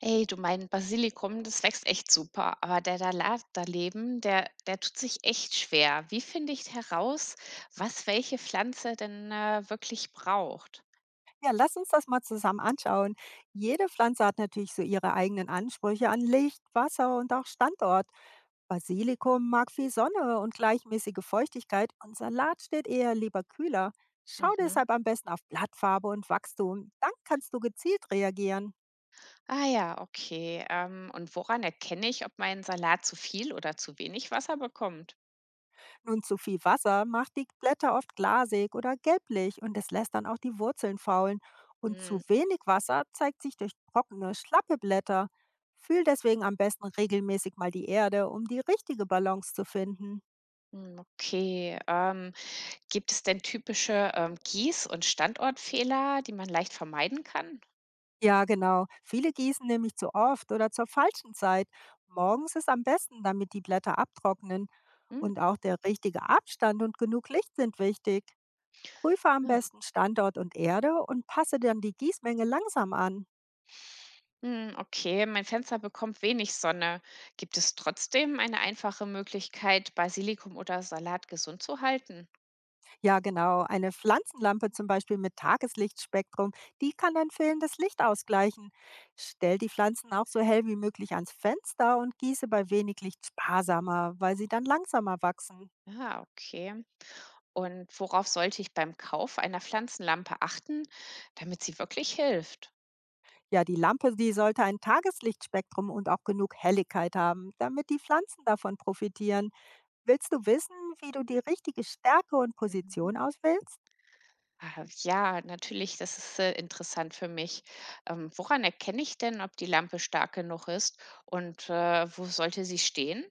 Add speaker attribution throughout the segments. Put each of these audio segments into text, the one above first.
Speaker 1: Ey, du, mein Basilikum, das wächst echt super, aber der Salat daneben, der tut sich echt schwer. Wie finde ich heraus, was welche Pflanze denn, wirklich braucht?
Speaker 2: Ja, lass uns das mal zusammen anschauen. Jede Pflanze hat natürlich so ihre eigenen Ansprüche an Licht, Wasser und auch Standort. Basilikum mag viel Sonne und gleichmäßige Feuchtigkeit und Salat steht eher lieber kühler. Schau
Speaker 1: Mhm.
Speaker 2: deshalb am besten auf Blattfarbe und Wachstum. Dann kannst du gezielt reagieren.
Speaker 1: Ah ja, okay. Und woran erkenne ich, ob mein Salat zu viel oder zu wenig Wasser bekommt?
Speaker 2: Nun, zu viel Wasser macht die Blätter oft glasig oder gelblich und es lässt dann auch die Wurzeln faulen. Und
Speaker 1: Hm,
Speaker 2: zu wenig Wasser zeigt sich durch trockene, schlappe Blätter. Fühl deswegen am besten regelmäßig mal die Erde, um die richtige Balance zu finden.
Speaker 1: hm, okay. Gibt es denn typische, Gieß- und Standortfehler, die man leicht vermeiden kann?
Speaker 2: Ja, genau. Viele gießen nämlich zu oft oder zur falschen Zeit. Morgens ist am besten, damit die Blätter abtrocknen.
Speaker 1: Hm,
Speaker 2: Und auch der richtige Abstand und genug Licht sind wichtig. Prüfe am
Speaker 1: ja.
Speaker 2: besten Standort und Erde und passe dann die Gießmenge langsam an.
Speaker 1: Hm, okay, mein Fenster bekommt wenig Sonne. Gibt es trotzdem eine einfache Möglichkeit, Basilikum oder Salat gesund zu halten?
Speaker 2: Ja, genau. Eine Pflanzenlampe zum Beispiel mit Tageslichtspektrum, die kann dann fehlendes Licht ausgleichen. Stell die Pflanzen auch so hell wie möglich ans Fenster und gieße bei wenig Licht sparsamer, weil sie dann langsamer wachsen.
Speaker 1: Ja, okay. Und worauf sollte ich beim Kauf einer Pflanzenlampe achten, damit sie wirklich hilft?
Speaker 2: Ja, die Lampe, die sollte ein Tageslichtspektrum und auch genug Helligkeit haben, damit die Pflanzen davon profitieren. Willst du wissen, wie du die richtige Stärke und
Speaker 1: Mhm.
Speaker 2: Position auswählst?
Speaker 1: Ah, ja, natürlich, das ist interessant für mich. Woran erkenne ich denn, ob die Lampe stark genug ist und wo sollte sie stehen?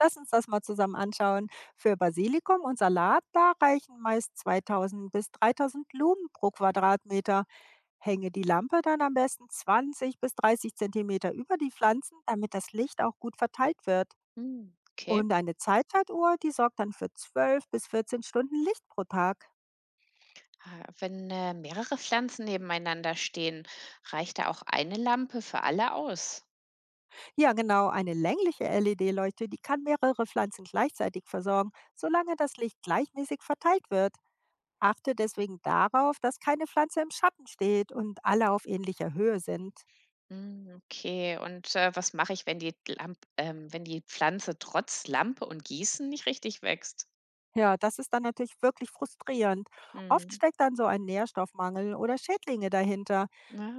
Speaker 2: Lass uns das mal zusammen anschauen. Für Basilikum und Salat, da reichen meist 2000 bis 3000 Lumen pro Quadratmeter. Hänge die Lampe dann am besten 20 bis 30 Zentimeter über die Pflanzen, damit das Licht auch gut verteilt wird.
Speaker 1: Hm, okay.
Speaker 2: Und eine Zeitzeituhr, die sorgt dann für 12 bis 14 Stunden Licht pro Tag.
Speaker 1: Ah, wenn mehrere Pflanzen nebeneinander stehen, reicht da auch eine Lampe für alle aus?
Speaker 2: Ja, genau, eine längliche LED-Leuchte, die kann mehrere Pflanzen gleichzeitig versorgen, solange das Licht gleichmäßig verteilt wird. Achte deswegen darauf, dass keine Pflanze im Schatten steht und alle auf ähnlicher Höhe sind.
Speaker 1: Hm, okay, und was mache ich, wenn die Lamp wenn die Pflanze trotz Lampe und Gießen nicht richtig wächst?
Speaker 2: Ja, das ist dann natürlich wirklich frustrierend. Oft
Speaker 1: Hm.
Speaker 2: steckt dann so ein Nährstoffmangel oder Schädlinge dahinter.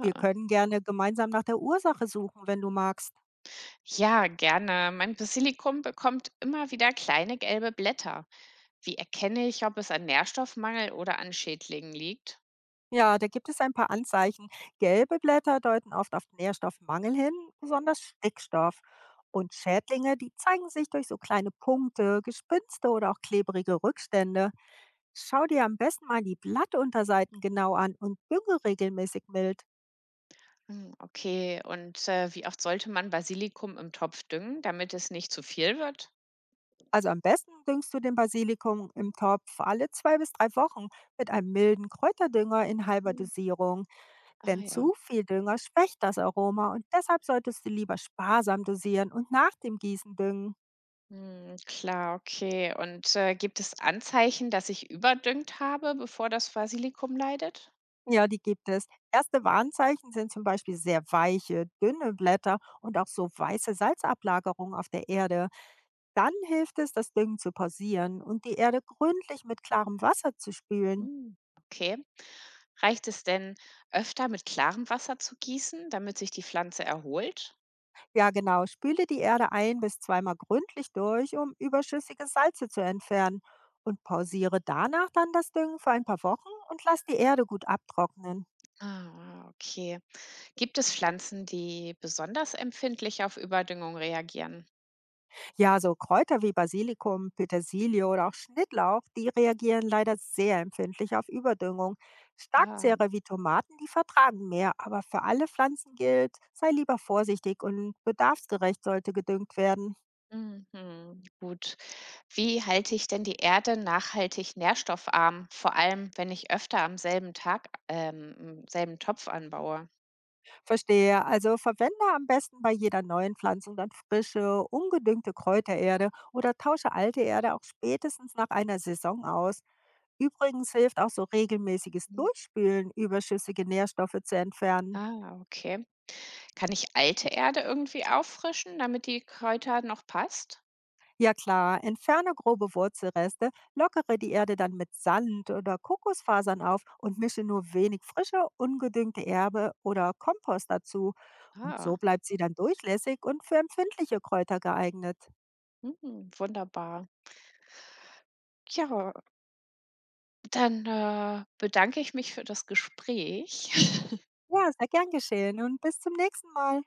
Speaker 2: Wir können gerne gemeinsam nach der Ursache suchen, wenn du magst.
Speaker 1: Ja, gerne. Mein Basilikum bekommt immer wieder kleine gelbe Blätter. Wie erkenne ich, ob es an Nährstoffmangel oder an Schädlingen liegt?
Speaker 2: Ja, da gibt es ein paar Anzeichen. Gelbe Blätter deuten oft auf Nährstoffmangel hin, besonders Stickstoff. Und Schädlinge, die zeigen sich durch so kleine Punkte, Gespinste oder auch klebrige Rückstände. Schau dir am besten mal die Blattunterseiten genau an und dünge regelmäßig mild.
Speaker 1: Hm, okay, und wie oft sollte man Basilikum im Topf düngen, damit es nicht zu viel wird?
Speaker 2: Also am besten düngst du den Basilikum im Topf alle zwei bis drei Wochen mit einem milden Kräuterdünger in halber
Speaker 1: Hm.
Speaker 2: Dosierung.
Speaker 1: Ah
Speaker 2: Denn
Speaker 1: ja.
Speaker 2: zu viel Dünger schwächt das Aroma und deshalb solltest du lieber sparsam dosieren und nach dem Gießen düngen.
Speaker 1: Hm, klar, okay. Und, gibt es Anzeichen, dass ich überdüngt habe, bevor das Basilikum leidet?
Speaker 2: Ja, die gibt es. Erste Warnzeichen sind zum Beispiel sehr weiche, dünne Blätter und auch so weiße Salzablagerungen auf der Erde. Dann hilft es, das Düngen zu pausieren und die Erde gründlich mit klarem Wasser zu spülen.
Speaker 1: Hm, okay. Reicht es denn, öfter mit klarem Wasser zu gießen, damit sich die Pflanze erholt?
Speaker 2: Ja, genau, spüle die Erde ein bis zweimal gründlich durch, um überschüssige Salze zu entfernen. Und pausiere danach dann das Düngen für ein paar Wochen und lass die Erde gut abtrocknen.
Speaker 1: Ah, okay. Gibt es Pflanzen, die besonders empfindlich auf Überdüngung reagieren?
Speaker 2: Ja, so Kräuter wie Basilikum, Petersilie oder auch Schnittlauch, die reagieren leider sehr empfindlich auf Überdüngung.
Speaker 1: Ah,
Speaker 2: Starkzehrer wie Tomaten, die vertragen mehr, aber für alle Pflanzen gilt, sei lieber vorsichtig und bedarfsgerecht sollte gedüngt werden.
Speaker 1: mhm, gut. Wie halte ich denn die Erde nachhaltig nährstoffarm, vor allem wenn ich öfter am selben Tag, im selben Topf anbaue?
Speaker 2: Verstehe, also verwende am besten bei jeder neuen Pflanzung dann frische, ungedüngte Kräutererde oder tausche alte Erde auch spätestens nach einer Saison aus. Übrigens hilft auch so regelmäßiges
Speaker 1: Hm.
Speaker 2: Durchspülen, überschüssige Nährstoffe zu entfernen.
Speaker 1: Ah, okay. Kann ich alte Erde irgendwie auffrischen, damit die Kräuter noch passt?
Speaker 2: Ja klar, entferne grobe Wurzelreste, lockere die Erde dann mit Sand oder Kokosfasern auf und mische nur wenig frische, ungedüngte Erbe oder Kompost dazu. Und so
Speaker 1: Ah,
Speaker 2: bleibt sie dann durchlässig und für empfindliche Kräuter geeignet.
Speaker 1: mhm, wunderbar. Ja, dann bedanke ich mich für das Gespräch.
Speaker 2: Ja, sehr gern geschehen und bis zum nächsten Mal.